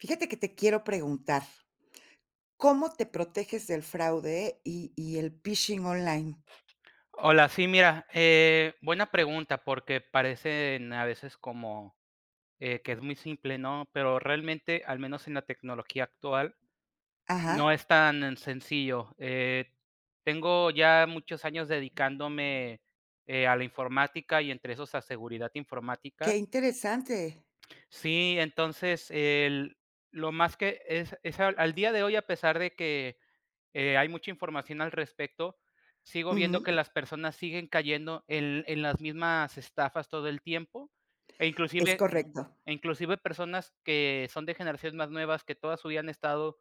Fíjate que te quiero preguntar, ¿cómo te proteges del fraude y el phishing online? Hola, sí, mira, buena pregunta porque parecen a veces como que es muy simple, ¿no? Pero realmente, al menos en la tecnología actual, Ajá, no es tan sencillo. Tengo ya muchos años dedicándome a la informática y entre esos a seguridad qué informática. interesante. Sí, entonces lo más que es al, al día de hoy, a pesar de que hay mucha información al respecto. Sigo viendo Ujú, que las personas siguen cayendo en las mismas estafas todo el tiempo, e es inclusive correcto. e inclusive personas que son de generaciones más nuevas, que toda su vida han estado,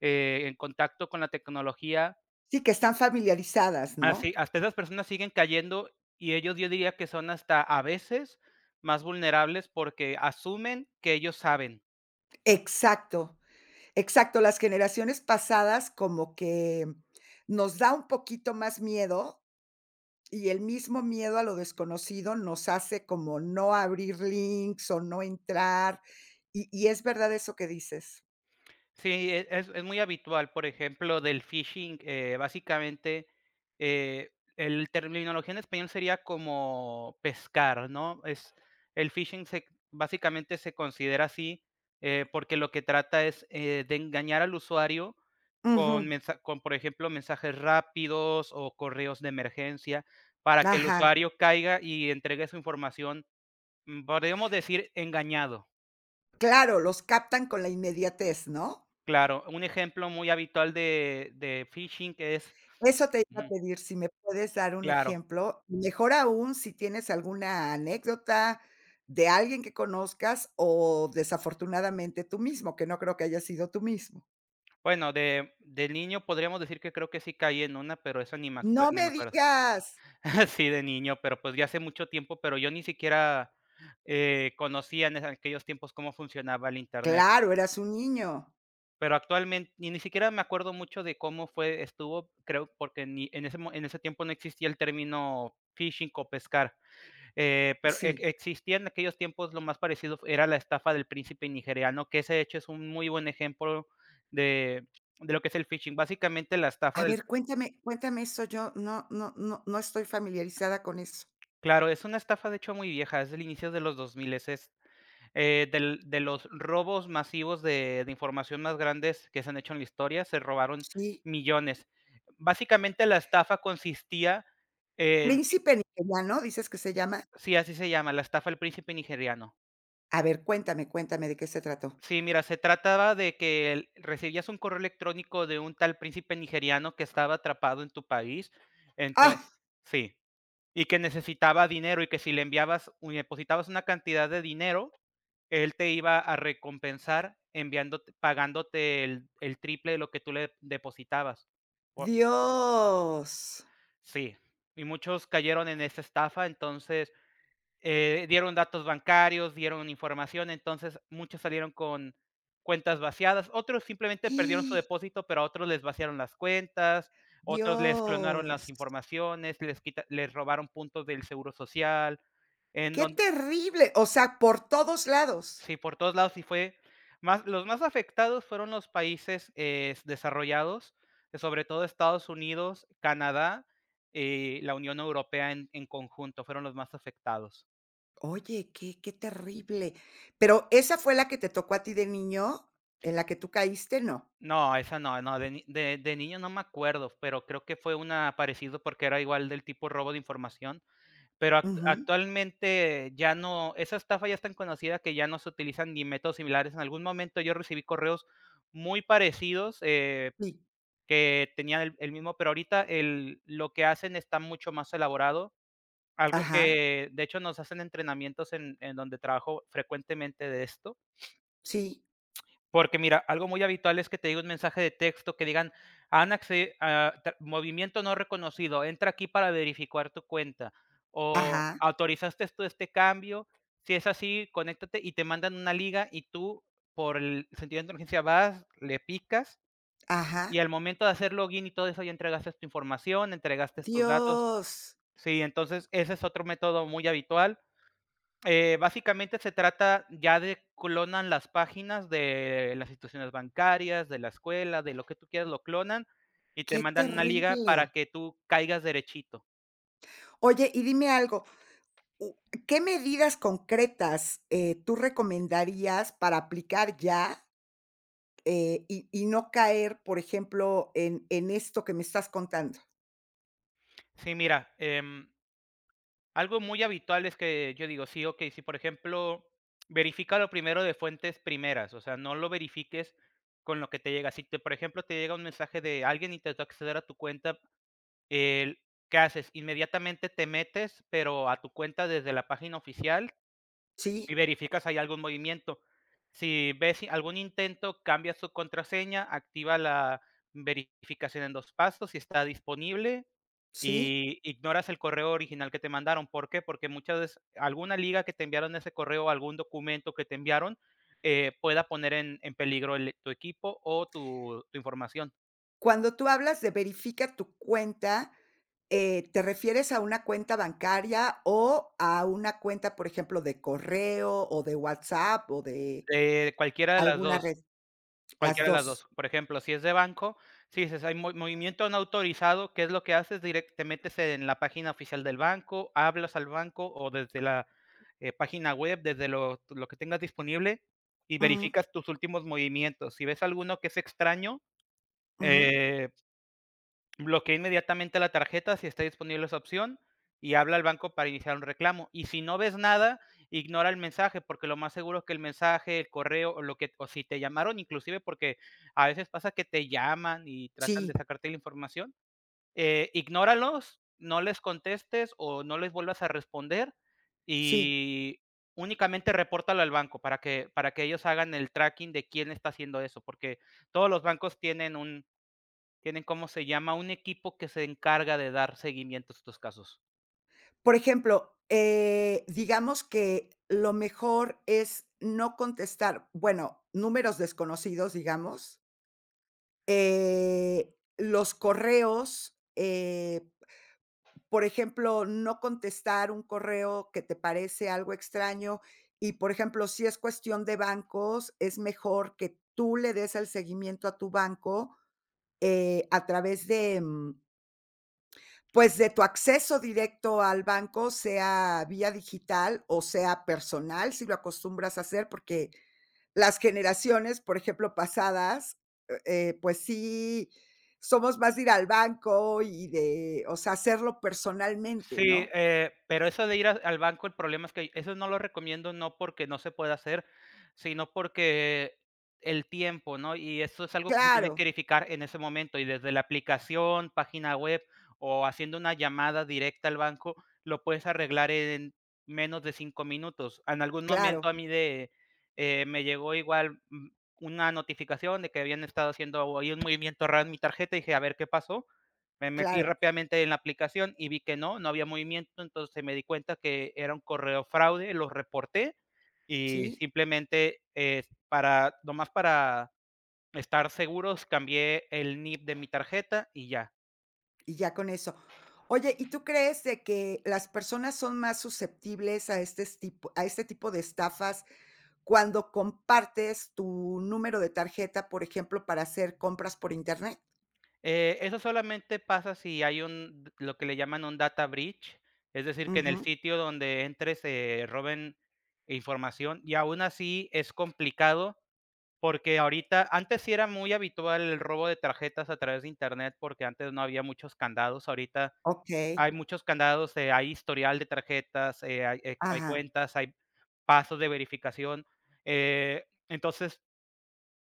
en contacto con la tecnología. Sí, que están familiarizadas, ¿no? Así hasta esas personas siguen cayendo, y ellos yo diría que son hasta, a veces, más vulnerables porque asumen que ellos saben. Exacto, exacto. Las generaciones pasadas como que nos da un poquito más miedo, y el mismo miedo a lo desconocido nos hace como no abrir links o no entrar, y es verdad eso que dices. Sí, es muy habitual, por ejemplo, del phishing, básicamente, eh, el terminología en español sería como pescar, ¿no? Es el phishing se básicamente se considera así, porque lo que trata es, de engañar al usuario Ujú, con, por ejemplo, mensajes rápidos o correos de emergencia para que el ajá. usuario caiga y entregue su información, podríamos decir engañado. Claro, los captan con la inmediatez, ¿no? Claro, un ejemplo muy habitual de phishing es Eso te iba a ujú, pedir, si me puedes dar un claro. ejemplo, y mejor aún si tienes alguna anécdota de alguien que conozcas o desafortunadamente tú mismo, que no creo que haya sido tú mismo. Bueno, de niño podríamos decir que creo que sí caí en una, pero eso ¡No ni me me acuerdo. digas! Sí, de niño, pero, pues, ya hace mucho tiempo, pero yo ni siquiera, conocía en aquellos tiempos cómo funcionaba el Internet. Claro, eras un niño. Pero actualmente ni siquiera me acuerdo mucho de cómo fue estuvo, creo, porque ni en ese mo en ese tiempo no existía el término phishing o pescar. Pero Sí. existía en aquellos tiempos, lo más parecido era la estafa del príncipe nigeriano, que ese hecho es un muy buen ejemplo de, de lo que es el phishing. Básicamente la A estafa ver, del... cuéntame eso, yo no estoy familiarizada con eso. Claro, es una estafa de hecho muy vieja, es del inicio de los 2000, es de los robos masivos de información más grandes que se han hecho en la historia, se robaron Sí. millones. Básicamente la estafa consistía en... Príncipe nigeriano, ¿dices que se llama? Sí, así se llama, la estafa del príncipe nigeriano. A ver, cuéntame, cuéntame, ¿de qué se trató? Sí, mira, se trataba de que el recibías un correo electrónico de un tal príncipe nigeriano que estaba atrapado en tu país, entonces sí, y que necesitaba dinero, y que si le enviabas o le depositabas una cantidad de dinero, él te iba a recompensar enviándote pagándote el triple de lo que tú le depositabas. O Dios. sí, y muchos cayeron en esa estafa, entonces dieron datos bancarios, dieron información, entonces muchos salieron con cuentas vaciadas, otros simplemente perdieron su depósito, pero a otros les vaciaron las cuentas, otros les clonaron las Dios. informaciones, les robaron puntos del seguro social, en Qué donde terrible. O sea, por todos lados. sí, por todos lados, y fue más los más afectados fueron los países, desarrollados, sobre todo Estados Unidos, Canadá, la Unión Europea en conjunto, fueron los más afectados. Oye, qué qué terrible. Pero, ¿esa fue la que te tocó a ti de niño, en la que tú caíste? No. No, esa no, no, de ni de de niño no me acuerdo, pero creo que fue una parecido porque era igual del tipo robo de información, pero Ujú. actualmente ya no, esa estafa ya es tan conocida que ya no se utilizan ni métodos similares. En algún momento yo recibí correos muy parecidos, Sí. que tenían el mismo, pero ahorita el lo que hacen está mucho más elaborado, algo Ajá. que de hecho nos hacen entrenamientos en donde trabajo frecuentemente de esto. Sí. Porque mira, algo muy habitual es que te diga un mensaje de texto que digan, han acce- ah, tra- movimiento no reconocido, entra aquí para verificar tu cuenta. O Ajá. autorizaste tú este cambio. Si es así, conéctate y te mandan una liga y tú, por el sentido de inteligencia, vas, le picas y Ajá. al momento de hacer login y todo eso, ya entregaste tu información, entregaste tus datos. Dios, Sí, entonces ese es otro método muy habitual. Básicamente se trata ya de clonan las páginas de las instituciones bancarias, de la escuela, de lo que tú quieras, lo clonan y te qué mandan una liga para terrible. que tú caigas derechito. Oye, y dime algo, u ¿qué medidas concretas, tú recomendarías para aplicar ya? Y no caer, por ejemplo, en esto que me estás contando. Sí, mira, algo muy habitual es que yo digo, sí, ok, si por ejemplo, verifica lo primero de fuentes primeras, o sea, no lo verifiques con lo que te llega. Si te, por ejemplo, te llega un mensaje de alguien intentó acceder a tu cuenta, el- ¿qué haces? Inmediatamente te metes, pero a tu cuenta desde la página oficial. Sí, Y verificas si hay algún movimiento. Si ves si algún intento, cambia su contraseña, activa la verificación en 2 pasos, si está disponible, sí. y ignoras el correo original que te mandaron. ¿Por qué? Porque muchas veces alguna liga que te enviaron ese correo, algún documento que te enviaron, pueda poner en peligro el tu equipo o tu información, Cuando tú hablas de verifica tu cuenta, ¿te refieres a una cuenta bancaria o a una cuenta, por ejemplo, de correo o de WhatsApp o de de cualquiera de las alguna dos. red? Las Cualquiera de las dos. 2. Por ejemplo, si es de banco, si dices: "Hay movimiento no autorizado", ¿qué es lo que haces? Direc Te metes en la página oficial del banco, hablas al banco o desde la, página web, desde lo que tengas disponible y Mm, verificas tus últimos movimientos. Si ves alguno que es extraño, ujú. eh bloquea inmediatamente la tarjeta si está disponible esa opción y habla al banco para iniciar un reclamo. Y si no ves nada, ignora el mensaje, porque lo más seguro es que el mensaje, el correo o lo que o si te llamaron, inclusive porque a veces pasa que te llaman y tratan de Sí, sacarte la información, ignóralos, no les contestes o no les vuelvas a responder sí. y únicamente repórtalo al banco para que ellos hagan el tracking de quién está haciendo eso, porque todos los bancos tienen un tienen, ¿cómo se llama? Un equipo que se encarga de dar seguimiento a estos casos. Por ejemplo, digamos que lo mejor es no contestar, bueno, números desconocidos, digamos. Los correos, por ejemplo, no contestar un correo que te parece algo extraño y, por ejemplo, si es cuestión de bancos, es mejor que tú le des el seguimiento a tu banco, a través de, pues, de tu acceso directo al banco, sea vía digital o sea personal, si lo acostumbras a hacer, porque las generaciones, por ejemplo, pasadas, pues sí, somos más de ir al banco y de, o sea, hacerlo personalmente, Sí, ¿no? Pero eso de ir a al banco, el problema es que eso no lo recomiendo, no porque no se pueda hacer, sino porque el tiempo, ¿no? Y eso es algo que se tiene Claro, que verificar en ese momento, y desde la aplicación, página web o haciendo una llamada directa al banco, lo puedes arreglar en menos de 5 minutos. En algún momento a claro, mí de, Me llegó igual, una notificación de que habían estado haciendo ahí un movimiento raro en mi tarjeta, y dije: "A ver, ¿qué pasó?". Me metí claro, rápidamente en la aplicación y vi que no, no había movimiento, entonces me di cuenta que era un correo fraude, lo reporté y sí, simplemente, para nomás para estar seguros, cambié el NIP de mi tarjeta y ya. y ya con eso. Oye, ¿y tú crees de que las personas son más susceptibles a este tipo de estafas cuando compartes tu número de tarjeta, por ejemplo, para hacer compras por Internet? Eso solamente pasa si hay un lo que le llaman un data breach, es decir, que en Ujú. el sitio donde entres se roben información y aún así es complicado. Porque ahorita, antes sí era muy habitual el robo de tarjetas a través de Internet, porque antes no había muchos candados. Ahorita hay Okey. muchos candados, hay historial de tarjetas, hay Ajá. cuentas, hay pasos de verificación. Eh, entonces,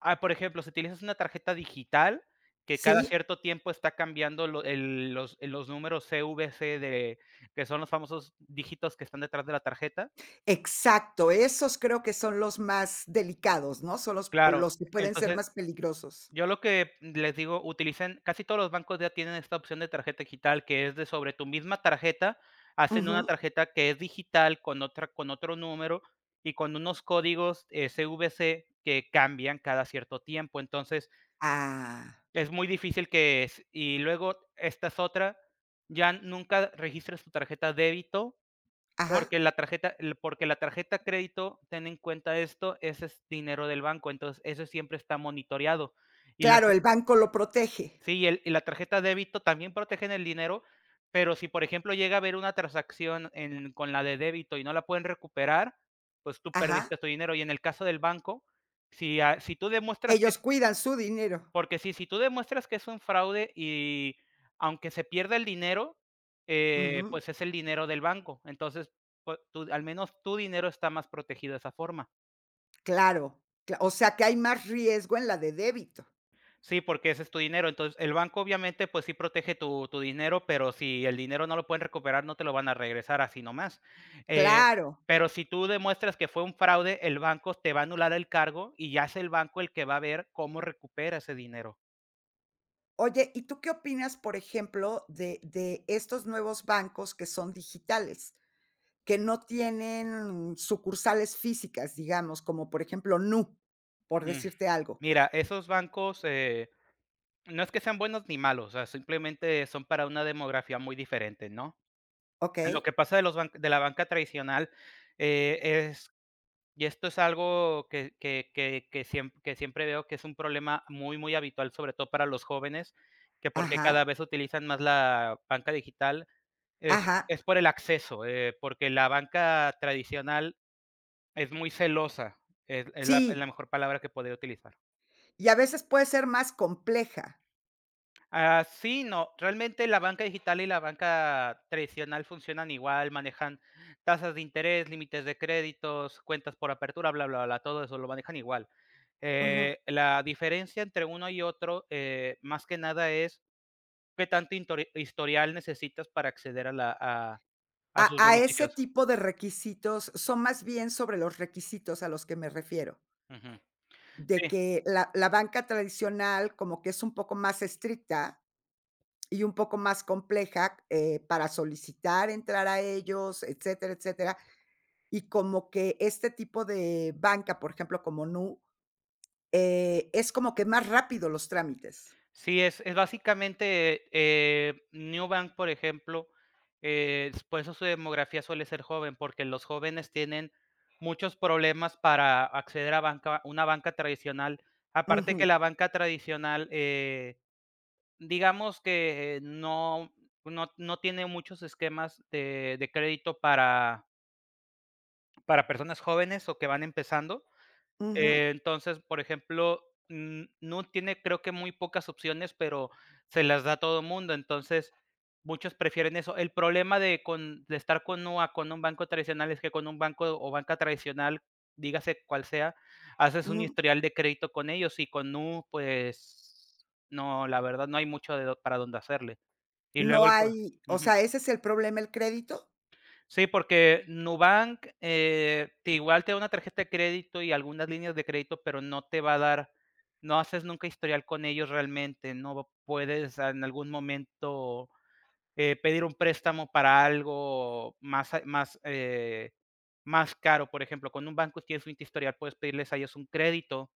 por ejemplo, si utilizas una tarjeta digital, que cada Sí, cierto tiempo está cambiando lo el los números CVC de que son los famosos dígitos que están detrás de la tarjeta. exacto. Esos creo que son los más delicados, ¿no? Son los Claro, los que pueden ser entonces más peligrosos. yo lo que les digo, utilicen, casi todos los bancos ya tienen esta opción de tarjeta digital, que es de sobre tu misma tarjeta, hacen una Ujú. tarjeta que es digital con otra con otro número y con unos códigos, CVC que cambian cada cierto tiempo. Entonces, Ah. es muy difícil que s y luego esta es otra, ya nunca registres tu tarjeta débito, Ajá. porque la tarjeta l porque la tarjeta crédito, ten en cuenta esto, ese es dinero del banco, entonces, eso siempre está monitoreado. Y la Claro, el banco lo protege. sí, y el y la tarjeta de débito también protegen el dinero, pero si, por ejemplo, llega a haber una transacción en con la de débito y no la pueden recuperar, pues tú Ajá. perdiste tu dinero. Y en el caso del banco, si, si tú demuestras que es Ellos cuidan su dinero. porque sí, si tú demuestras que es un fraude y aunque se pierda el dinero, Ujú. pues es el dinero del banco. Entonces, pues, tu al menos tu dinero está más protegido de esa forma. Claro. Cla o sea, que hay más riesgo en la de débito. Sí, porque ese es tu dinero. Entonces, el banco obviamente, pues sí protege tu, tu dinero, pero si el dinero no lo pueden recuperar, no te lo van a regresar así nomás. Eh, Claro. pero si tú demuestras que fue un fraude, el banco te va a anular el cargo y ya es el banco el que va a ver cómo recupera ese dinero. Oye, ¿y tú qué opinas, por ejemplo, de estos nuevos bancos que son digitales, que no tienen sucursales físicas, digamos, como por ejemplo, Nu, por Mm. decirte algo? Mira, esos bancos no es que sean buenos ni malos, o sea, simplemente son para una demografía muy diferente, ¿no? ¿Ok? Lo que pasa de, los ban- De la banca tradicional eh, y esto es algo que siempre veo que es un problema muy, muy habitual, sobre todo para los jóvenes, que porque cada Ajá, vez utilizan más la banca digital, es ajá. es por el acceso, porque la banca tradicional es muy celosa, es Sí, la mejor palabra que podría utilizar. y a veces puede ser más compleja. Sí, no. Realmente la banca digital y la banca tradicional funcionan igual, manejan tasas de interés, límites de créditos, cuentas por apertura, bla, bla, bla, todo eso lo manejan igual. Ujú. La diferencia entre uno y otro, más que nada es qué tanto historial necesitas para acceder a la a sus A ese beneficios. tipo de requisitos, son más bien sobre los requisitos a los que me refiero, Ujú. Sí. de que la banca tradicional como que es un poco más estricta y un poco más compleja, para solicitar entrar a ellos, etcétera, etcétera. Y como que este tipo de banca, por ejemplo, como Nu, es como que más rápido los trámites. Sí, es básicamente, Nubank, por ejemplo, por eso su demografía suele ser joven, porque los jóvenes tienen muchos problemas para acceder a banca una banca tradicional. Aparte que Ujú, la banca tradicional, digamos que no no tiene muchos esquemas de crédito para personas jóvenes o que van empezando. ujú, Eh, entonces, por ejemplo, Nu tiene, creo que, muy pocas opciones, pero se las da a todo mundo, entonces, muchos prefieren eso. El problema de estar con Nu con un banco tradicional es que con un banco o banca tradicional, dígase cual sea, haces un ujú. historial de crédito con ellos y con Nu, pues, no, la verdad no hay mucho de do para dónde hacerle. Y luego No el pro hay, o sea, ¿ese es el problema, el crédito? Sí, porque Nubank, te igual te da una tarjeta de crédito y algunas líneas de crédito, pero no te va a dar, no haces nunca historial con ellos realmente, no puedes en algún momento, pedir un préstamo para algo más, más caro. Por ejemplo, con un banco tienes un historial, puedes pedirles a ellos un crédito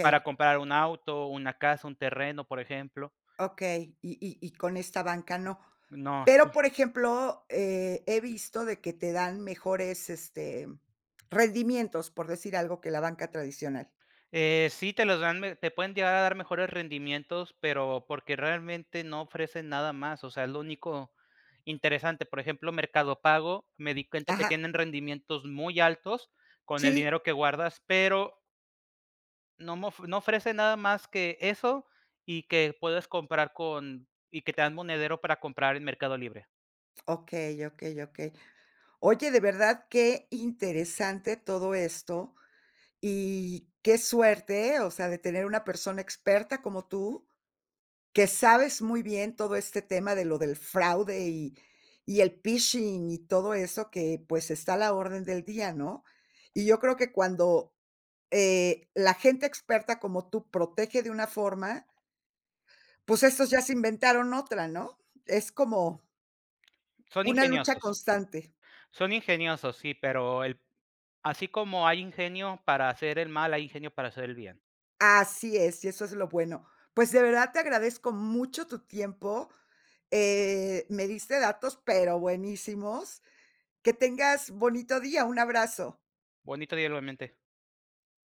para comprar un auto, una casa, un terreno, por ejemplo. okey, y con esta banca no. No. Pero, por ejemplo, he visto de que te dan mejores, este, rendimientos, por decir algo, que la banca tradicional. Sí, te los dan, te pueden llegar a dar mejores rendimientos, pero porque realmente no ofrecen nada más. O sea, es lo único interesante. Por ejemplo, Mercado Pago, me di cuenta que Ajá. tienen rendimientos muy altos con el Sí. dinero que guardas, pero no, no ofrece nada más que eso y que puedes comprar con, y que te dan monedero para comprar en Mercado Libre. Okey, okey, okey. Oye, de verdad, qué interesante todo esto, y qué suerte, o sea, de tener una persona experta como tú, que sabes muy bien todo este tema de lo del fraude y el phishing y todo eso que, pues, está a la orden del día, ¿no? Y yo creo que cuando, la gente experta como tú protege de una forma, pues, estos ya se inventaron otra, ¿no? Es como Son una lucha ingeniosos, constante. son ingeniosos, sí, pero el, así como hay ingenio para hacer el mal, hay ingenio para hacer el bien. Así es, y eso es lo bueno. Pues, de verdad te agradezco mucho tu tiempo. Me diste datos, pero buenísimos. Que tengas bonito día. Un abrazo. Bonito día, igualmente.